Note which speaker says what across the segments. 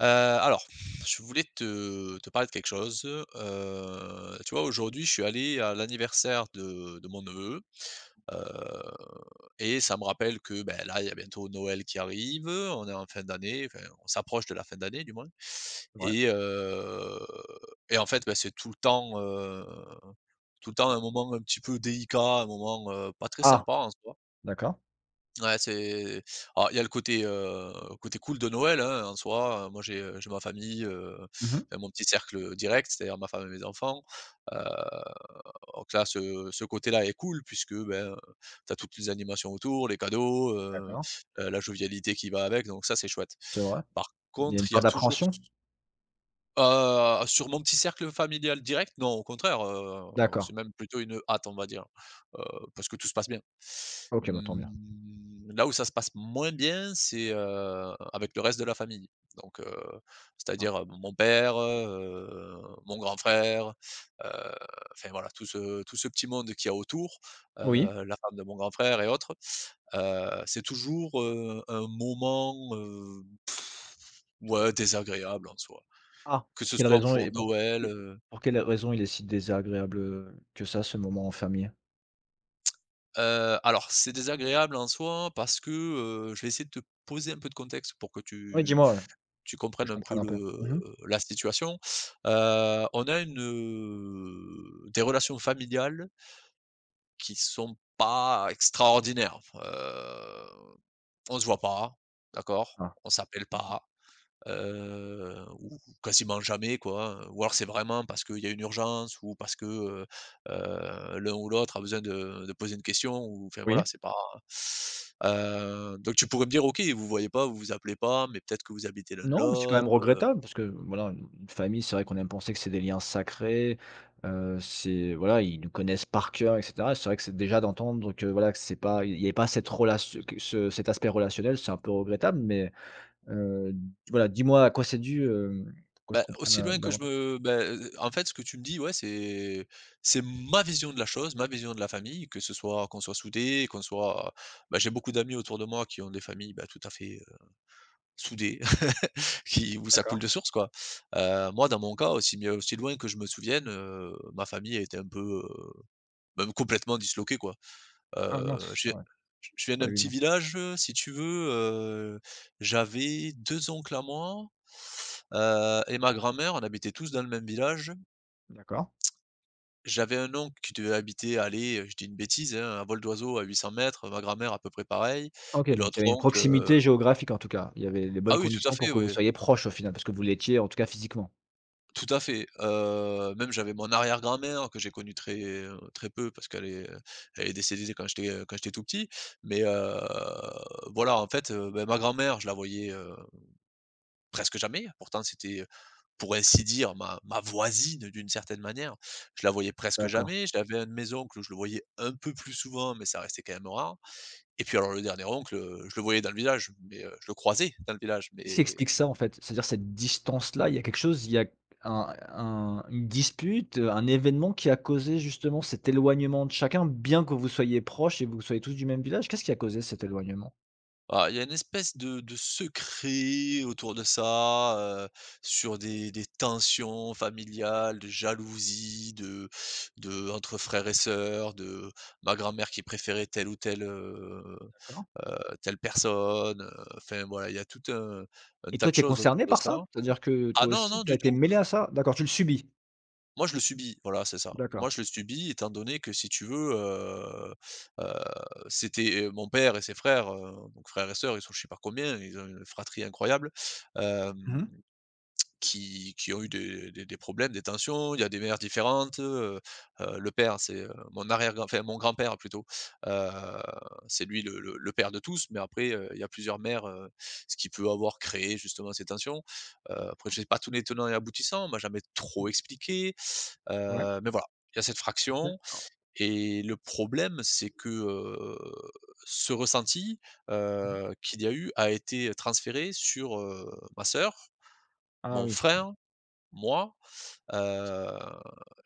Speaker 1: Heu, alors, je voulais te parler de quelque chose, tu vois, aujourd'hui, je suis allé à l'anniversaire de mon neveu, heu et ça me rappelle que, beh, là, il y a bientôt Noël qui arrive, on est en fin d'année, enfin, on s'approche de la fin d'année du moins
Speaker 2: C'est vrai.
Speaker 1: et heu et en fait, bah, c'est tout le temps un moment un petit peu délicat, un moment, pas très
Speaker 2: Ah!
Speaker 1: sympa en soi.
Speaker 2: D'accord.
Speaker 1: Ouais, c'est alors il y a le côté, côté cool de Noël, hein, en soi, moi j'ai ma famille,
Speaker 2: Mmh.
Speaker 1: enfin mon petit cercle direct, c'est-à-dire ma femme et mes enfants, heu, donc là ce côté-là est cool puisque, ben, tu as toutes les animations autour, les cadeaux,
Speaker 2: D'accord.
Speaker 1: la jovialité qui va avec, donc ça c'est chouette.
Speaker 2: C'est vrai.
Speaker 1: Par
Speaker 2: Il y a une
Speaker 1: contre, il y
Speaker 2: part
Speaker 1: a toujours.
Speaker 2: d'appréhension?
Speaker 1: Sur mon petit cercle familial direct, non, au contraire,
Speaker 2: D'accord.
Speaker 1: c'est même plutôt une hâte, on va dire, heu, parce que tout se passe bien.
Speaker 2: OK, bah, tant mieux.
Speaker 1: Mmh, là où ça se passe moins bien, c'est, avec le reste de la famille. Donc,
Speaker 2: Ah.
Speaker 1: c'est-à-dire, mon père, mon grand frère, heu, enfin voilà, tout ce petit monde qu'il y a autour,
Speaker 2: Oui?
Speaker 1: la femme de mon grand frère et autres. C'est toujours, un moment, ouais, désagréable en soi.
Speaker 2: Ah!
Speaker 1: Que
Speaker 2: Pour
Speaker 1: ce
Speaker 2: quelle
Speaker 1: soit
Speaker 2: raison
Speaker 1: pour
Speaker 2: et pour
Speaker 1: Noël,
Speaker 2: que pour quelle raison il est si désagréable, que ça, ce moment en famille?
Speaker 1: alors c'est désagréable en soi parce que, je vais essayer de te poser un peu de contexte pour que
Speaker 2: Oui,
Speaker 1: tu
Speaker 2: dis-moi, ouais,
Speaker 1: tu
Speaker 2: que je
Speaker 1: comprennes un
Speaker 2: comprenne
Speaker 1: peu
Speaker 2: un peu.
Speaker 1: le
Speaker 2: Mmh.
Speaker 1: la situation. On a des relations familiales qui sont pas extraordinaires. On se voit pas, d'accord?
Speaker 2: Ah.
Speaker 1: On s'appelle pas. Ou quasiment jamais quoi, ou alors c'est vraiment parce qu'il y a une urgence ou parce que, l'un ou l'autre a besoin de poser une question ou enfin
Speaker 2: Oui?
Speaker 1: voilà, c'est pas. Donc tu pourrais me dire: «OK, vous voyez pas, vous vous appelez pas, mais peut-être que vous habitez l'un
Speaker 2: Non, mais c'est quand même
Speaker 1: l'autre»,
Speaker 2: regrettable parce que, voilà, une famille, c'est vrai qu'on aime penser que c'est des liens sacrés, c'est voilà, ils nous connaissent par cœur et cetera. C'est vrai que c'est déjà d'entendre que, voilà, que c'est pas il y avait pas cette relation que ce cet aspect relationnel, c'est un peu regrettable, mais Heu, voilà, dis-moi à quoi c'est dû, hem, pour que je
Speaker 1: bah,
Speaker 2: comprenne,
Speaker 1: aussi loin que je
Speaker 2: davantage.
Speaker 1: me bah, en fait ce que tu me dis, ouais, c'est ma vision de la chose, ma vision de la famille, que ce soit qu'on soit soudés, qu'on soit. Bah, j'ai beaucoup d'amis autour de moi qui ont des familles, bah, tout à fait, soudées. Qui où ça
Speaker 2: D'accord.
Speaker 1: coule de source, quoi. Moi, dans mon cas, aussi loin que je me souvienne, ma famille était un peu, heu, même complètement disloquée, quoi.
Speaker 2: Ah
Speaker 1: Heu,
Speaker 2: mince,
Speaker 1: je viens
Speaker 2: ouais,
Speaker 1: je viens
Speaker 2: pas
Speaker 1: d'un petit
Speaker 2: évident.
Speaker 1: village, si tu veux, j'avais 2 oncles à moi, et ma grand-mère, on habitait tous dans le même village.
Speaker 2: D'accord.
Speaker 1: J'avais un oncle qui devait habiter, allez, je dis une bêtise, hein, à vol d'oiseau à 800 mètres, ma grand-mère à peu près pareil
Speaker 2: OK,
Speaker 1: et
Speaker 2: donc il
Speaker 1: l'autre
Speaker 2: y avait une
Speaker 1: oncle,
Speaker 2: proximité géographique en tout cas. Il y avait les
Speaker 1: ah
Speaker 2: bonnes
Speaker 1: oui, tout à
Speaker 2: conditions pour
Speaker 1: fait,
Speaker 2: que vous
Speaker 1: oui.
Speaker 2: soyez proches au final, parce que vous l'étiez en tout cas physiquement.
Speaker 1: Tout à fait, même j'avais mon arrière-grand-mère que j'ai connue très, très peu parce qu'elle est, elle est décédée quand j'étais tout petit, mais voilà, en fait, bah, ma grand-mère, je la voyais, presque jamais. Pourtant, c'était, pour ainsi dire, ma voisine d'une certaine manière. Je la voyais presque
Speaker 2: D'accord.
Speaker 1: jamais. J'avais un de mes oncles où je le voyais un peu plus souvent, mais ça restait quand même rare et puis alors le dernier oncle, je le voyais dans le village, mais je le croisais dans le village,
Speaker 2: Qu'est-ce qui
Speaker 1: mais.
Speaker 2: explique ça en fait? C'est-à-dire cette distance-là, il y a quelque chose, il y a un une dispute, un événement qui a causé justement cet éloignement de chacun, bien que vous soyez proches et vous soyez tous du même village? Qu'est-ce qui a causé cet éloignement?
Speaker 1: Ah, il y a une espèce de secret autour de ça, heu, sur des tensions familiales, de jalousie, de entre frères et sœurs, de ma grand-mère qui préférait telle ou telle,
Speaker 2: D'accord.
Speaker 1: telle personne, enfin voilà, il y a tout un
Speaker 2: Et
Speaker 1: tas
Speaker 2: toi,
Speaker 1: de
Speaker 2: tu es
Speaker 1: choses autour
Speaker 2: concerné
Speaker 1: de
Speaker 2: par
Speaker 1: ça.
Speaker 2: ça? C'est-à-dire que
Speaker 1: Ah
Speaker 2: toi
Speaker 1: non,
Speaker 2: aussi,
Speaker 1: non,
Speaker 2: tu as
Speaker 1: du
Speaker 2: été
Speaker 1: tout!
Speaker 2: mêlé à ça? D'accord, tu le subis?
Speaker 1: Moi, je le subis, voilà, c'est ça.
Speaker 2: D'accord.
Speaker 1: Moi, je le subis étant donné que si tu veux, heu, c'était, mon père et ses frères, donc frères et sœurs, ils sont je sais pas combien, ils ont une fratrie incroyable, hem,
Speaker 2: Mmh mh.
Speaker 1: qui ont eu des problèmes, des tensions. Il y a des mères différentes, le père, c'est, mon arrière-grand enfin, mon grand-père plutôt, heu, c'est lui le père de tous, mais après, il y a plusieurs mères, ce qui peut avoir créé justement ces tensions. Après, je sais pas tous les tenants et aboutissants, on m'a jamais trop
Speaker 2: Oui.
Speaker 1: expliqué.
Speaker 2: Ouais,
Speaker 1: Mais voilà, il y a cette fraction
Speaker 2: d'accord.
Speaker 1: et le problème, c'est que, ce ressenti,
Speaker 2: Mmh mh.
Speaker 1: qu'il y a eu a été transféré sur, ma sœur,
Speaker 2: Ah
Speaker 1: mon
Speaker 2: oui,
Speaker 1: frère, moi, heu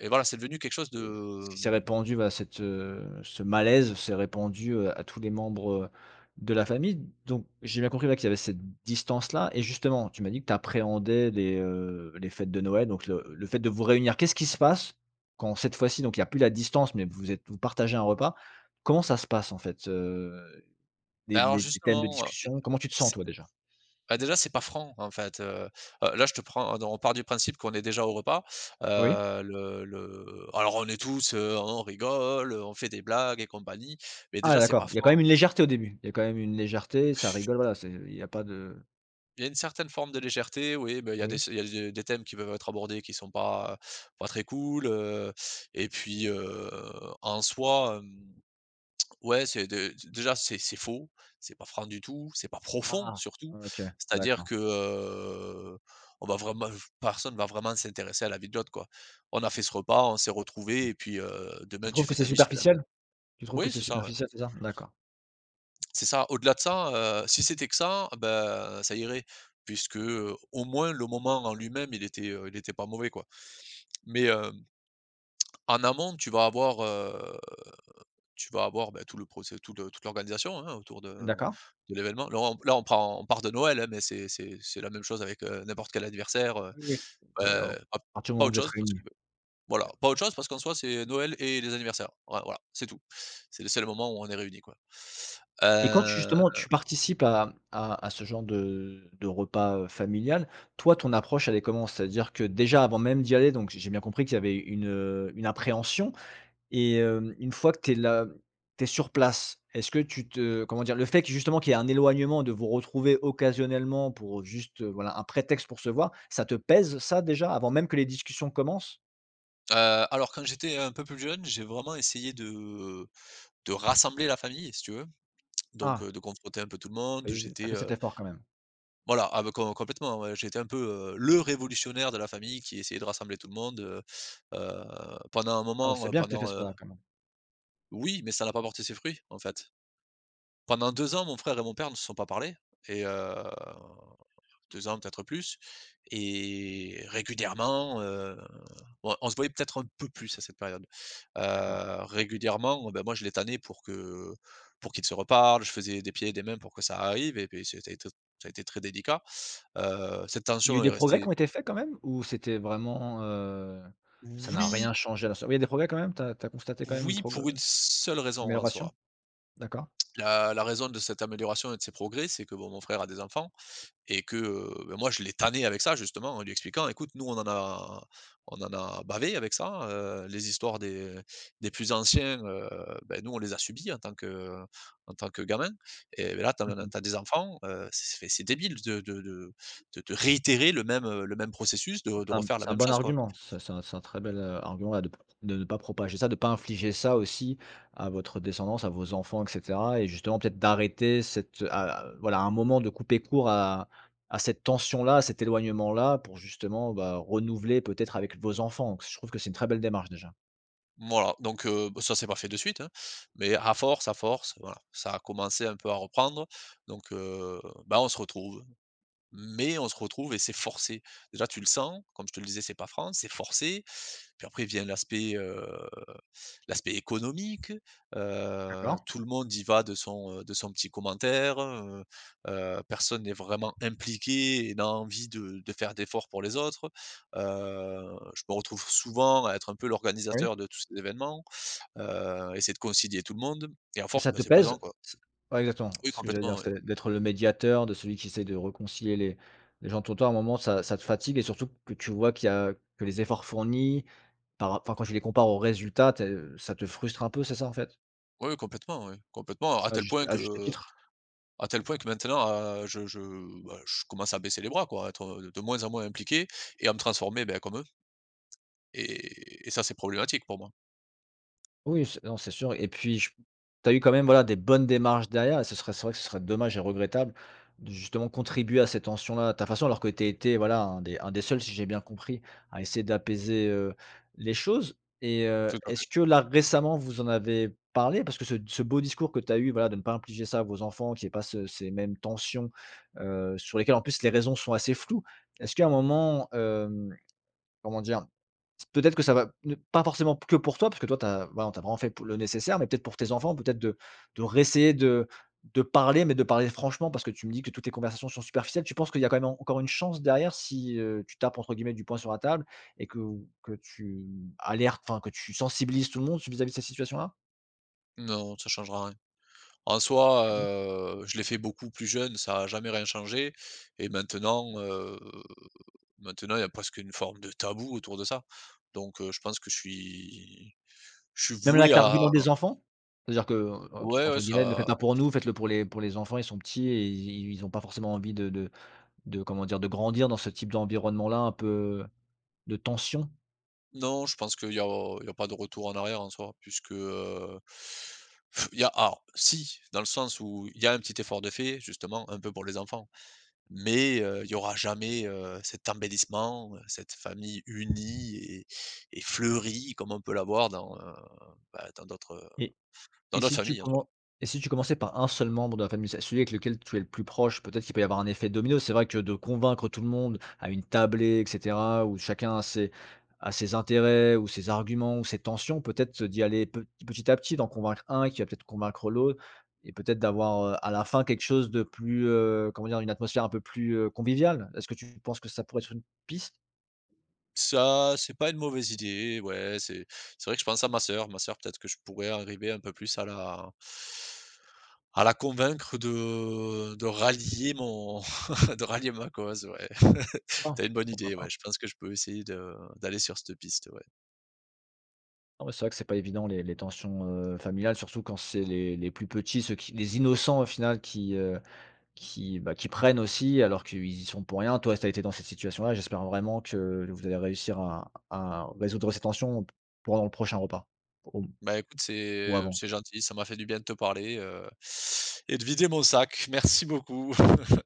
Speaker 1: et voilà, c'est devenu quelque chose
Speaker 2: et ce
Speaker 1: de.
Speaker 2: qui s'est répandu, voilà, cette, ce malaise s'est répandu, à tous les membres, de la famille. Donc j'ai bien compris, ouais, qu'il y avait cette distance-là et justement, tu m'as dit que tu appréhendais les fêtes de Noël, donc le fait de vous réunir. Qu'est-ce qui se passe quand cette fois-ci, donc il y a plus la distance, mais vous êtes vous partagez un repas? Comment ça se passe en fait, heu? Des
Speaker 1: Bah, alors
Speaker 2: des des thèmes de
Speaker 1: justement,
Speaker 2: discussion, comment tu te sens
Speaker 1: c'est
Speaker 2: toi déjà?
Speaker 1: bah, déjà, c'est pas franc, en fait, là, je te prends on part du principe qu'on est déjà au repas,
Speaker 2: Oui.
Speaker 1: le alors on est tous, on rigole, on fait des blagues et compagnie, mais
Speaker 2: Ah
Speaker 1: déjà, c'est pas
Speaker 2: d'accord, il y a quand
Speaker 1: franc.
Speaker 2: même une légèreté au début. Il y a quand même une légèreté, ça rigole, voilà, c'est il y a pas de
Speaker 1: Il y a une certaine forme de légèreté, oui, bah, il y a
Speaker 2: Oui.
Speaker 1: des il y a des thèmes qui peuvent être abordés qui sont pas très cool, et puis, en soi, hem, ouais, c'est faux, c'est pas franc du tout, c'est pas profond
Speaker 2: Ah!
Speaker 1: surtout.
Speaker 2: OK,
Speaker 1: C'est-à-dire
Speaker 2: d'accord.
Speaker 1: que, on va vraiment personne va vraiment s'intéresser à la vie de l'autre, quoi. On a fait ce repas, on s'est
Speaker 2: Mmh.
Speaker 1: retrouvés et puis,
Speaker 2: Tu
Speaker 1: demain
Speaker 2: trouves
Speaker 1: tu
Speaker 2: que
Speaker 1: fais
Speaker 2: c'est
Speaker 1: ta vie, je fais la mienne.
Speaker 2: superficiel? Tu trouves que
Speaker 1: Oui,
Speaker 2: c'est
Speaker 1: c'est ça, ouais.
Speaker 2: superficiel, c'est ça? D'accord.
Speaker 1: C'est ça, au-delà de ça, si c'était que ça, ben ça irait puisque, au moins le moment en lui-même, il était pas mauvais, quoi. Mais, hem, en amont, tu vas avoir, bah, tout le toute l'organisation, hein, autour
Speaker 2: D'accord.
Speaker 1: de l'événement. Là, on prend on part de Noël, hein, mais c'est la même chose avec, n'importe quel anniversaire,
Speaker 2: Oui, oui. Ouais, à
Speaker 1: heu, pas
Speaker 2: partir du
Speaker 1: pas
Speaker 2: moment où
Speaker 1: autre
Speaker 2: vous êtes
Speaker 1: chose parce que
Speaker 2: réunis.
Speaker 1: voilà,
Speaker 2: OK.
Speaker 1: pas autre chose parce qu'en soi, c'est Noël et les anniversaires. Ouais, voilà, c'est tout. C'est le seul moment où on est réunis, quoi.
Speaker 2: Et quand tu
Speaker 1: Heu
Speaker 2: justement tu participes à ce genre de repas, familial, toi ton approche elle est comment? C'est-à-dire que déjà avant même d'y aller, donc j'ai bien compris qu'il y avait une appréhension. Et hem, une fois que tu es là tu es sur place, est-ce que tu te comment dire? Le fait que justement qu'il y ait un éloignement, de vous retrouver occasionnellement pour juste, voilà, un prétexte pour se voir, ça te pèse ça déjà, avant même que les discussions commencent?
Speaker 1: Alors quand j'étais un peu plus jeune, j'ai vraiment essayé de rassembler la famille, si tu veux, donc
Speaker 2: Ah,
Speaker 1: de confronter un peu tout le monde.
Speaker 2: tu
Speaker 1: J'étais,
Speaker 2: as fait cet effort quand même.
Speaker 1: voilà, ah bah, complètement, ouais, j'étais un peu, le révolutionnaire de la famille qui essayait de rassembler tout le monde, heu, pendant un
Speaker 2: Ah bah,
Speaker 1: moment,
Speaker 2: c'est bien que tu fait ce pas là quand même.
Speaker 1: oui, mais ça n'a pas porté ses fruits, en fait. Pendant 2 ans, mon frère et mon père ne se sont pas parlé et heu 2 ans, peut-être plus et régulièrement, on se voyait peut-être un peu plus à cette période.
Speaker 2: D'accord.
Speaker 1: Régulièrement, ben moi, je les tannais pour qu'ils se reparlent, je faisais des pieds et des mains pour que ça arrive et puis c'était t ça a été très délicat. Cette
Speaker 2: Il y a eu
Speaker 1: tension est
Speaker 2: des progrès qui
Speaker 1: restée.
Speaker 2: ont été faits quand même? Ou c'était vraiment, ça n'a
Speaker 1: Oui,
Speaker 2: rien changé à la so oui, il y a des progrès quand même? Tu as constaté quand même une
Speaker 1: oui,
Speaker 2: prog
Speaker 1: pour une seule
Speaker 2: une
Speaker 1: raison en
Speaker 2: amélioration?
Speaker 1: soi.
Speaker 2: D'accord.
Speaker 1: La raison de cette amélioration et de ces progrès, c'est que, bon, mon frère a des enfants. Et que, bah, moi je l'ai tanné avec ça justement, en lui expliquant: «Écoute, nous on en a bavé avec ça, les histoires des plus anciens, bah, nous on les a subies en tant que gamins et ben là tu
Speaker 2: Mmh.
Speaker 1: as des enfants, c'est débile de réitérer le même processus, de refaire la
Speaker 2: C'est un
Speaker 1: même
Speaker 2: bon
Speaker 1: chose, quoi».
Speaker 2: argument, c'est un très bel, argument, ouais, de ne pas propager ça, de ne pas infliger ça aussi à votre descendance, à vos enfants et cetera et justement peut-être d'arrêter cette, à voilà, un moment de couper court à cette tension-là, à cet éloignement-là pour justement, bah, renouveler peut-être avec vos enfants. Je trouve que c'est une très belle démarche déjà.
Speaker 1: Voilà, donc bah, ça c'est pas fait de suite, hein, mais à force, voilà, ça a commencé un peu à reprendre donc bah, on se retrouve. Mais on se retrouve et c'est forcé. Déjà, tu le sens, comme je te le disais, c'est pas France, c'est forcé. Puis après vient l'aspect, l'aspect économique,
Speaker 2: D'accord,
Speaker 1: tout le monde y va de son petit commentaire, personne n'est vraiment impliqué et n'a envie de faire d'efforts pour les autres. Heu, je me retrouve souvent à être un peu
Speaker 2: oui.
Speaker 1: l'organisateur de tous ces événements, essayer de concilier tout le monde et à
Speaker 2: Et
Speaker 1: force,
Speaker 2: ça
Speaker 1: bah,
Speaker 2: te
Speaker 1: c'est pesant,
Speaker 2: pèse?
Speaker 1: quoi.
Speaker 2: C ouais, exactement,
Speaker 1: Oui,
Speaker 2: c'est ce que j'allais dire,
Speaker 1: complètement, ouais.
Speaker 2: c'est d'être le médiateur, de celui qui essaie de réconcilier les gens autour de toi. À un moment, ça te fatigue et surtout que tu vois qu'il y a que les efforts fournis. Par rap enfin, quand tu les compares aux résultats, tu es ça te frustre un peu, c'est ça, en fait?
Speaker 1: Oui, oui, complètement, ouais, complètement, à tel point
Speaker 2: À juste
Speaker 1: que.
Speaker 2: titre?
Speaker 1: À tel point que maintenant, heu, je je, bah, je commence à baisser les bras quoi, à être, de moins en moins impliqué et à me transformer, ben, comme eux et ça, c'est problématique pour moi.
Speaker 2: Oui, c'est non, c'est sûr et puis tu as eu quand même, voilà, des bonnes démarches derrière et ce serait c'est vrai que ce serait dommage et regrettable de justement contribuer à ces tensions-là à ta façon, alors que tu étais, voilà, un des seuls, si j'ai bien compris, à essayer d'apaiser, les choses et
Speaker 1: Tout à fait.
Speaker 2: est-ce que là, récemment, vous en avez parlé? Parce que ce beau discours que tu as eu, voilà, de ne pas infliger ça à vos enfants, qu'il y ait pas ce ces mêmes tensions, sur lesquelles en plus les raisons sont assez floues. Est-ce qu'à un moment, hem, comment dire? Peut-être que ça va ne pas forcément que pour toi, parce que toi t'as voilà, t'as vraiment fait p le nécessaire, mais peut-être pour tes enfants, peut-être de réessayer de parler, mais de parler franchement, parce que tu me dis que toutes tes conversations sont superficielles. Tu penses qu'il y a quand même en- encore une chance derrière si, tu tapes entre guillemets «du poing sur la table» et que tu alertes, enfin que tu sensibilises tout le monde vis-à-vis de cette situation-là?
Speaker 1: Non, ça changera rien. En soi, je l'ai fait beaucoup plus jeune, ça n'a jamais rien changé et maintenant, maintenant, il y a presque une forme de tabou autour de ça. Donc, je pense que je suis
Speaker 2: Même là
Speaker 1: voué
Speaker 2: avec
Speaker 1: à.
Speaker 2: l'argument des enfants? C'est-à-dire que, entre
Speaker 1: Ouais, ouais,
Speaker 2: entre guillemets: «Ne le faites
Speaker 1: ça.
Speaker 2: pas pour nous, faites-le pour les enfants, ils sont petits et ils ils ont pas forcément envie de comment dire? De grandir dans ce type d'environnement-là un peu» de tension.
Speaker 1: Non, je pense qu'il y a il y a pas de retour en arrière en soi puisque, il y a alors si, dans le sens où il y a un petit effort de fait, justement, un peu pour les enfants, mais, il y aura jamais, cet embellissement, cette famille unie et fleurie comme on peut l'avoir dans, bah,
Speaker 2: Et Et
Speaker 1: dans d'autres
Speaker 2: si tu
Speaker 1: familles en
Speaker 2: commen
Speaker 1: soi.
Speaker 2: et si tu commençais par un seul membre de la famille, c'est celui avec lequel tu es le plus proche, peut-être qu'il peut y avoir un effet domino. C'est vrai que de convaincre tout le monde à une tablée et cetera, où chacun a ses intérêts ou ses arguments ou ses tensions, peut-être d'y aller pe petit à petit, d'en convaincre un qui va peut-être convaincre l'autre et peut-être d'avoir, à la fin quelque chose de plus, comment dire? Une atmosphère un peu plus, conviviale. Est-ce que tu penses que ça pourrait être une piste?
Speaker 1: Ça, c'est pas une mauvaise idée, ouais, c'est vrai que je pense à ma sœur. Ma sœur, peut-être que je pourrais arriver un peu plus à la convaincre de rallier mon de rallier ma cause, ouais.
Speaker 2: Ah,
Speaker 1: T'as une bonne
Speaker 2: pourquoi
Speaker 1: idée,
Speaker 2: pas.
Speaker 1: ouais, je pense que je peux essayer de d'aller sur cette piste, ouais.
Speaker 2: Non, mais c'est vrai que c'est pas évident les tensions, familiales, surtout quand c'est les plus petits, ceux qui les innocents au final qui, bah, qui prennent aussi alors qu'ils y sont pour rien. Toi, tu as été dans cette situation-là, j'espère vraiment que vous allez réussir à résoudre ces tensions pour dans le prochain repas, au
Speaker 1: Bah, écoute,
Speaker 2: ou avant.
Speaker 1: c'est gentil, ça m'a fait du bien de te parler, et de vider mon sac. Merci beaucoup.